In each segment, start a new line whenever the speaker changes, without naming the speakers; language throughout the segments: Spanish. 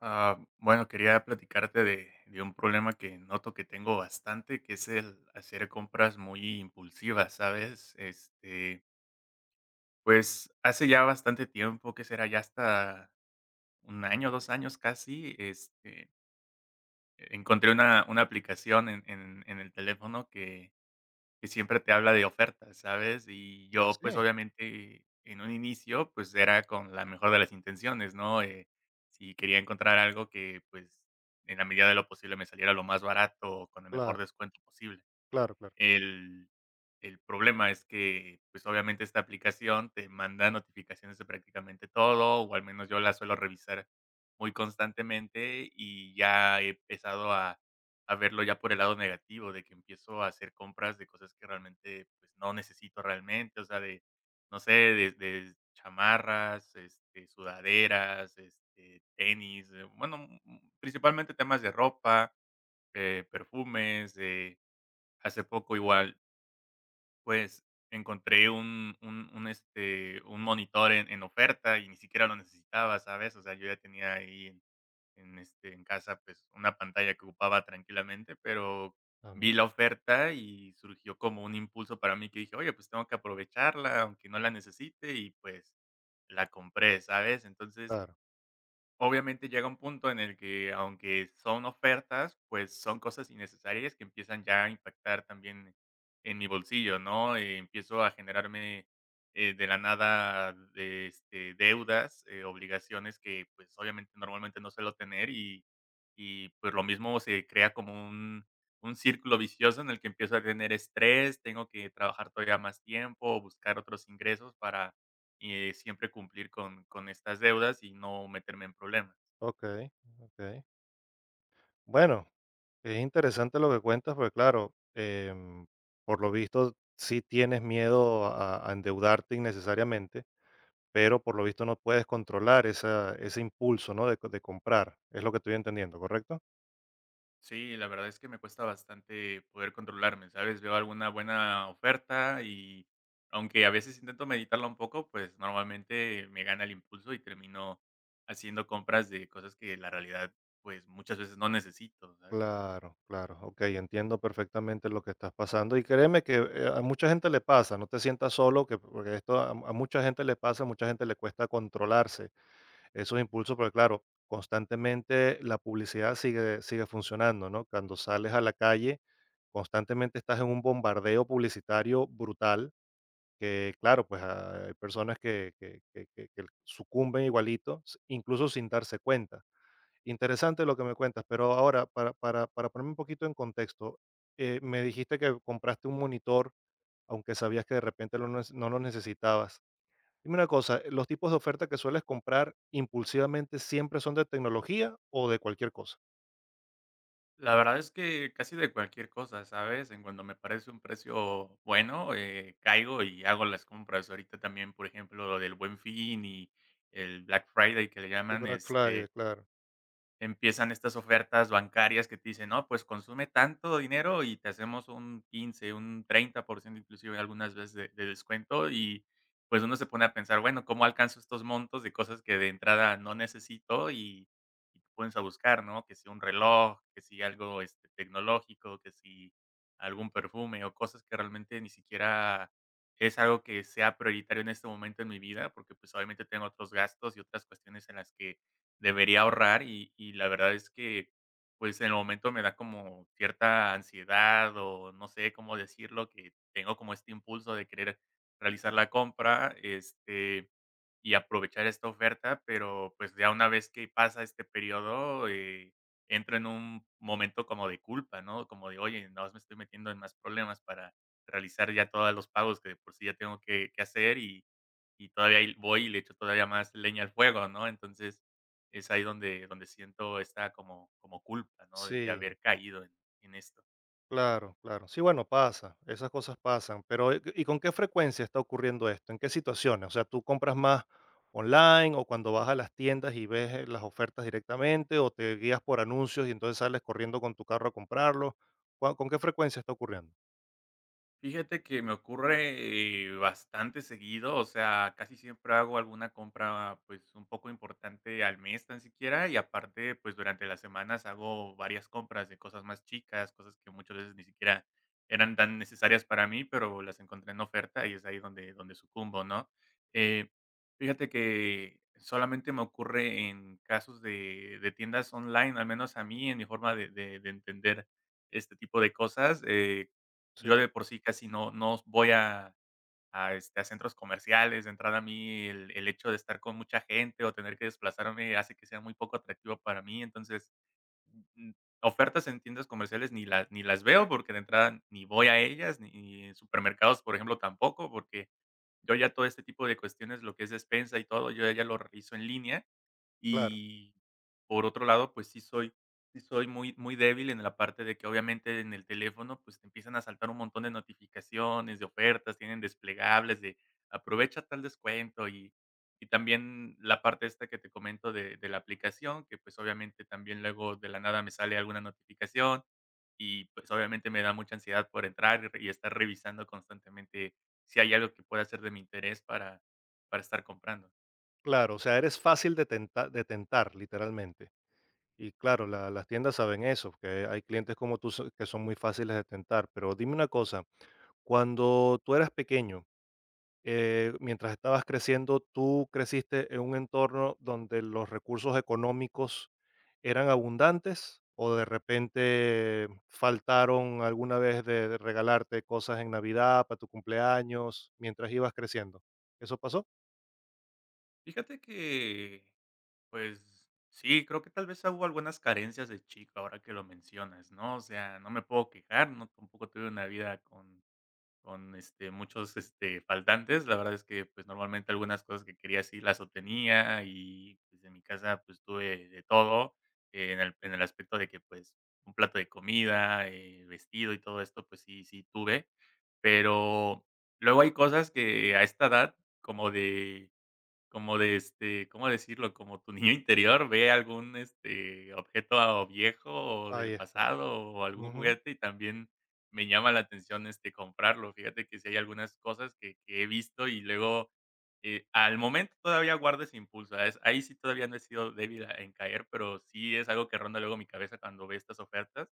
Ah, bueno, quería platicarte de un problema que noto que tengo bastante, que es el hacer compras muy impulsivas, ¿sabes? Pues hace ya bastante tiempo, que será ya hasta un año, 2 años casi, encontré una aplicación en el teléfono que siempre te habla de ofertas, ¿sabes? Y
Ah,
yo, pues,
sí,
obviamente, en un inicio, pues, era con la mejor de las intenciones, ¿no? Si quería encontrar algo que, pues, en la medida de lo posible me saliera lo más barato o con el mejor
claro,
descuento posible.
claro, claro.
El el problema es que, pues, obviamente, esta aplicación te manda notificaciones de prácticamente todo, o al menos yo la suelo revisar muy constantemente, y ya he empezado a verlo ya por el lado negativo, de que empiezo a hacer compras de cosas que realmente, pues, no necesito realmente, o sea, de, no sé, de chamarras, sudaderas, tenis, bueno, principalmente temas de ropa, perfumes, hace poco igual pues, encontré un monitor en oferta y ni siquiera lo necesitaba, ¿sabes? O sea, yo ya tenía ahí en casa, pues, una pantalla que ocupaba tranquilamente, pero
También,
vi la oferta y surgió como un impulso para mí que dije: "Oye, pues tengo que aprovecharla, aunque no la necesite", y pues, la compré, ¿sabes? Entonces,
claro.
obviamente llega un punto en el que, aunque son ofertas, pues, son cosas innecesarias que empiezan ya a impactar también en mi bolsillo, ¿no? Empiezo a generarme, de la nada, de, deudas, obligaciones que, pues, obviamente, normalmente no suelo tener y, pues, lo mismo se crea como un círculo vicioso en el que empiezo a tener estrés, tengo que trabajar todavía más tiempo, buscar otros ingresos para siempre cumplir con estas deudas y no meterme en problemas.
Okey, okey. Bueno, es interesante lo que cuentas, porque claro, por lo visto, sí tienes miedo a endeudarte innecesariamente, pero por lo visto no puedes controlar esa ese impulso, ¿no?, de comprar, es lo que estoy entendiendo, ¿correcto?
Sí, la verdad es que me cuesta bastante poder controlarme, ¿sabes? Veo alguna buena oferta y aunque a veces intento meditarla un poco, pues normalmente me gana el impulso y termino haciendo compras de cosas que la realidad, pues muchas veces no necesito, ¿sabes?
Claro, claro, ok, entiendo perfectamente lo que estás pasando y créeme que a mucha gente le pasa, no te sientas solo, que, porque esto a mucha gente le pasa, a mucha gente le cuesta controlarse esos impulsos, porque claro, constantemente la publicidad sigue funcionando, ¿no? Cuando sales a la calle, constantemente estás en un bombardeo publicitario brutal, que claro, pues hay personas que, que sucumben igualito, incluso sin darse cuenta. Interesante lo que me cuentas, pero ahora para ponerme un poquito en contexto, me dijiste que compraste un monitor, aunque sabías que de repente lo nes no lo necesitabas. Dime una cosa, ¿los tipos de oferta que sueles comprar impulsivamente siempre son de tecnología o de cualquier cosa?
La verdad es que casi de cualquier cosa, ¿sabes? En cuando me parece un precio bueno, caigo y hago las compras. Ahorita también, por ejemplo, lo del Buen Fin y el Black Friday que le
El
llaman,
Black Friday, claro.
empiezan estas ofertas bancarias que te dicen: "No, pues consume tanto dinero y te hacemos un 30% inclusive algunas veces de descuento", y, pues, uno se pone a pensar: "Bueno, ¿cómo alcanzo estos montos de cosas que de entrada no necesito?". Y te pones a buscar, ¿no? Que si un reloj, que si algo, tecnológico, que si algún perfume, o cosas que realmente ni siquiera es algo que sea prioritario en este momento en mi vida, porque, pues, obviamente tengo otros gastos y otras cuestiones en las que debería ahorrar y la verdad es que, pues, en el momento me da como cierta ansiedad o no sé cómo decirlo, que tengo como este impulso de querer realizar la compra, y aprovechar esta oferta, pero, pues, ya una vez que pasa este periodo, entro en un momento como de culpa, ¿no? Como de: "Oye, no me estoy metiendo en más problemas para realizar ya todos los pagos que de por sí ya tengo que hacer y todavía ahí voy y le echo todavía más leña al fuego", ¿no? Entonces, es ahí donde siento esta como culpa, ¿no? De
Sí.
haber caído en esto.
Claro, claro. Sí, bueno, pasa, esas cosas pasan, pero ¿y con qué frecuencia está ocurriendo esto? ¿En qué situaciones? O sea, ¿tú compras más online o cuando vas a las tiendas y ves las ofertas directamente o te guías por anuncios y entonces sales corriendo con tu carro a comprarlo? Con qué frecuencia está ocurriendo?
Fíjate que me ocurre, bastante seguido, o sea, casi siempre hago alguna compra, pues, un poco importante al mes, tan siquiera, y aparte, pues, durante las semanas hago varias compras de cosas más chicas, cosas que muchas veces ni siquiera eran tan necesarias para mí, pero las encontré en oferta y es ahí donde sucumbo, ¿no? Eh, fíjate que solamente me ocurre en casos de tiendas online, al menos a mí, en mi forma de entender este tipo de cosas. eh
Sí,
yo de por sí casi no voy a a centros comerciales. De entrada, a mí el hecho de estar con mucha gente o tener que desplazarme hace que sea muy poco atractivo para mí. Entonces, mm, ofertas en tiendas comerciales ni las veo, porque de entrada ni voy a ellas, ni en supermercados, por ejemplo, tampoco, porque yo ya todo este tipo de cuestiones, lo que es despensa y todo, yo ya lo realizo en línea.
claro,
Y por otro lado, pues sí soy muy muy débil en la parte de que, obviamente, en el teléfono, pues, te empiezan a saltar un montón de notificaciones, de ofertas, tienen desplegables de aprovecha tal descuento y también la parte esta que te comento de la aplicación, que, pues, obviamente, también luego de la nada me sale alguna notificación y, pues, obviamente, me da mucha ansiedad por entrar y estar revisando constantemente si hay algo que pueda ser de mi interés para estar comprando.
claro. O sea, eres fácil de tentar, literalmente. Y claro, las tiendas saben eso, que hay clientes como tú que son muy fáciles de tentar, pero dime una cosa, cuando tú eras pequeño, mientras estabas creciendo, tú creciste en un entorno donde los recursos económicos eran abundantes o de repente faltaron alguna vez de regalarte cosas en Navidad, para tu cumpleaños, mientras ibas creciendo. ¿Eso pasó?
Fíjate que Pues sí, creo que tal vez hubo algunas carencias de chico, ahora que lo mencionas, ¿no? O sea, no me puedo quejar, no tampoco tuve una vida con con muchos, faltantes. La verdad es que, pues, normalmente algunas cosas que quería sí las obtenía y, pues, en mi casa, pues, tuve de todo, en el aspecto de que, pues, un plato de comida, vestido y todo esto, pues sí, sí tuve. Pero luego hay cosas que a esta edad como de ¿cómo decirlo? Como tu niño interior ve algún, objeto o viejo o
Ahí
del
está.
pasado o algún
Ujú.
juguete y también me llama la atención, comprarlo. Fíjate que si hay algunas cosas que he visto y luego, al momento todavía guardo ese impulso, ¿sabes? Ahí sí todavía no he sido débil en caer, pero sí es algo que ronda luego mi cabeza cuando ve estas ofertas.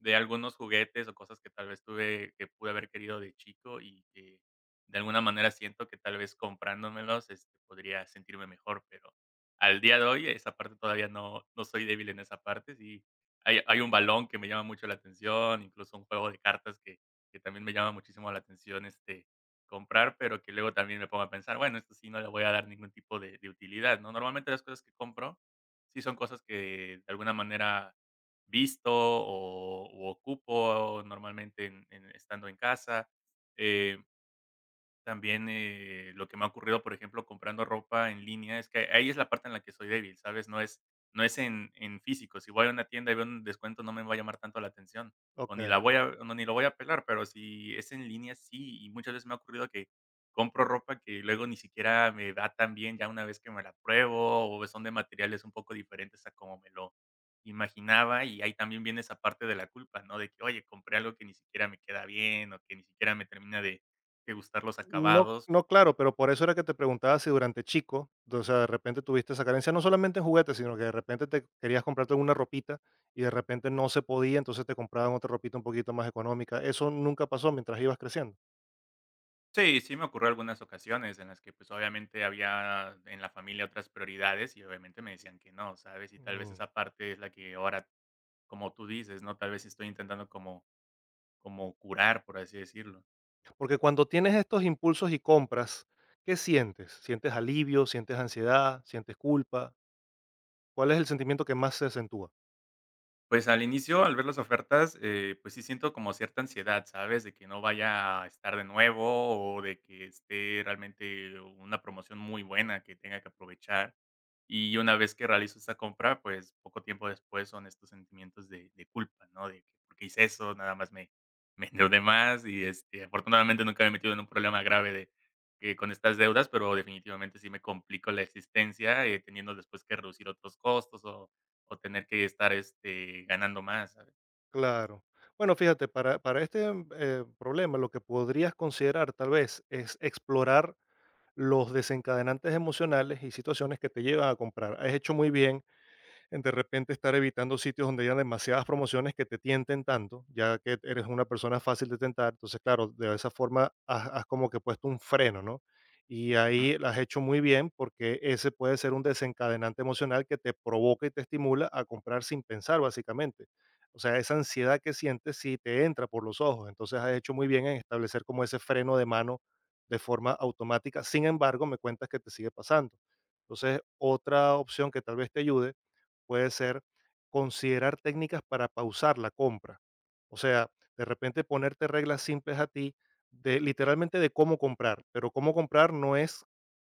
De algunos juguetes o cosas que tal vez tuve que pude haber querido de chico y que de alguna manera siento que tal vez comprándomelos, podría sentirme mejor, pero al día de hoy esa parte todavía no soy débil en esa parte, sí. Hay un balón que me llama mucho la atención, incluso un juego de cartas que también me llama muchísimo la atención, comprar, pero que luego también me pongo a pensar, bueno, esto sí no le voy a dar ningún tipo de utilidad, ¿no? Normalmente las cosas que compro sí son cosas que de alguna manera visto o u ocupo normalmente en estando en casa. Eh también, lo que me ha ocurrido, por ejemplo, comprando ropa en línea, es que ahí es la parte en la que soy débil, ¿sabes? No es en físico. Si voy a una tienda y veo un descuento, no me va a llamar tanto la atención,
Ok.
o ni la voy a no, ni lo voy a pelar, pero si es en línea, sí, y muchas veces me ha ocurrido que compro ropa que luego ni siquiera me va tan bien ya una vez que me la pruebo, o son de materiales un poco diferentes a como me lo imaginaba, y ahí también viene esa parte de la culpa, ¿no? De que, oye, compré algo que ni siquiera me queda bien, o que ni siquiera me termina de que gustar los
No,
acabados.
no, claro, pero por eso era que te preguntaba si durante chico, o sea, de repente tuviste esa carencia, no solamente en juguetes, sino que de repente te querías comprarte una ropita y de repente no se podía, entonces te compraban otra ropita un poquito más económica. Eso nunca pasó mientras ibas creciendo.
Sí, sí me ocurrió algunas ocasiones en las que, pues, obviamente había en la familia otras prioridades y obviamente me decían que no, ¿sabes? Y tal vez
Mm.
esa parte es la que ahora, como tú dices, ¿no? Tal vez estoy intentando como curar, por así decirlo.
Porque cuando tienes estos impulsos y compras, ¿qué sientes? ¿Sientes alivio? ¿Sientes ansiedad? ¿Sientes culpa? ¿Cuál es el sentimiento que más se acentúa?
Pues, al inicio, al ver las ofertas, pues sí siento como cierta ansiedad, ¿sabes? De que no vaya a estar de nuevo o de que esté realmente una promoción muy buena que tenga que aprovechar. Y una vez que realizo esta compra, pues, poco tiempo después son estos sentimientos de culpa, ¿no? De que, ¿por qué hice eso? Nada más me me endeudé más y, afortunadamente nunca me he metido en un problema grave de que con estas deudas, pero definitivamente sí me complico la existencia, teniendo después que reducir otros costos o tener que estar, ganando más, ¿sabes?
Claro. Bueno, fíjate, para este problema lo que podrías considerar tal vez es explorar los desencadenantes emocionales y situaciones que te llevan a comprar. Has hecho muy bien en de repente estar evitando sitios donde haya demasiadas promociones que te tienten tanto, ya que eres una persona fácil de tentar. Entonces, claro, de esa forma has como que puesto un freno, ¿no? Y
Ujú,
ahí la has hecho muy bien porque ese puede ser un desencadenante emocional que te provoca y te estimula a comprar sin pensar, básicamente. O sea, esa ansiedad que sientes si te entra por los ojos. Entonces has hecho muy bien en establecer como ese freno de mano de forma automática. Sin embargo, me cuentas que te sigue pasando. Entonces, otra opción que tal vez te ayude puede ser considerar técnicas para pausar la compra. O sea, de repente ponerte reglas simples a ti de literalmente de cómo comprar, pero cómo comprar no es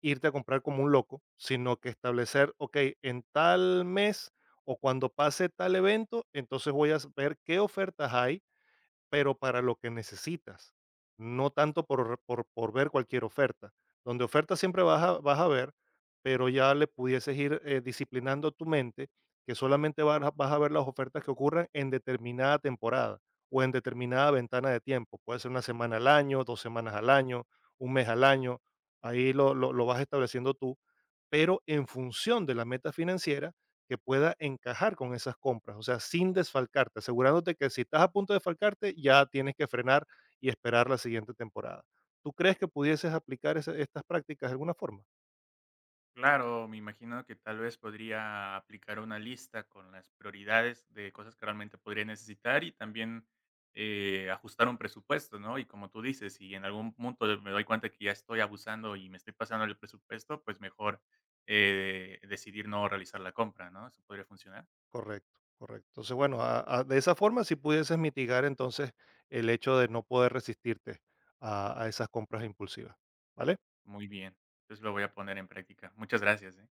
irte a comprar como un loco, sino que
ujú.
establecer, ok, en tal mes o cuando pase tal evento, entonces voy a ver qué ofertas hay pero para lo que necesitas, no tanto por ver cualquier oferta. Donde oferta siempre vas a ver, pero ya le pudieses ir disciplinando tu mente que solamente vas a ver las ofertas que ocurren en determinada temporada o en determinada ventana de tiempo. Puede ser una semana al año, dos semanas al año, un mes al año. Ahí lo vas estableciendo tú, pero en función de la meta financiera que pueda encajar con esas compras, o sea, sin desfalcarte, asegurándote que si estás a punto de desfalcarte, ya tienes que frenar y esperar la siguiente temporada. ¿Tú crees que pudieses aplicar estas prácticas de alguna forma?
Claro, me imagino que tal vez podría aplicar una lista con las prioridades de cosas que realmente podría necesitar y también ajustar un presupuesto, ¿no? Y como tú dices, si en algún punto me doy cuenta que ya estoy abusando y me estoy pasando el presupuesto, pues mejor decidir no realizar la compra, ¿no? Eso podría funcionar.
Correcto, correcto. Entonces, bueno, de esa forma sí pudieses mitigar entonces el hecho de no poder resistirte a esas compras impulsivas, ¿vale?
Muy bien. Entonces lo voy a poner en práctica. Muchas gracias, ¿eh?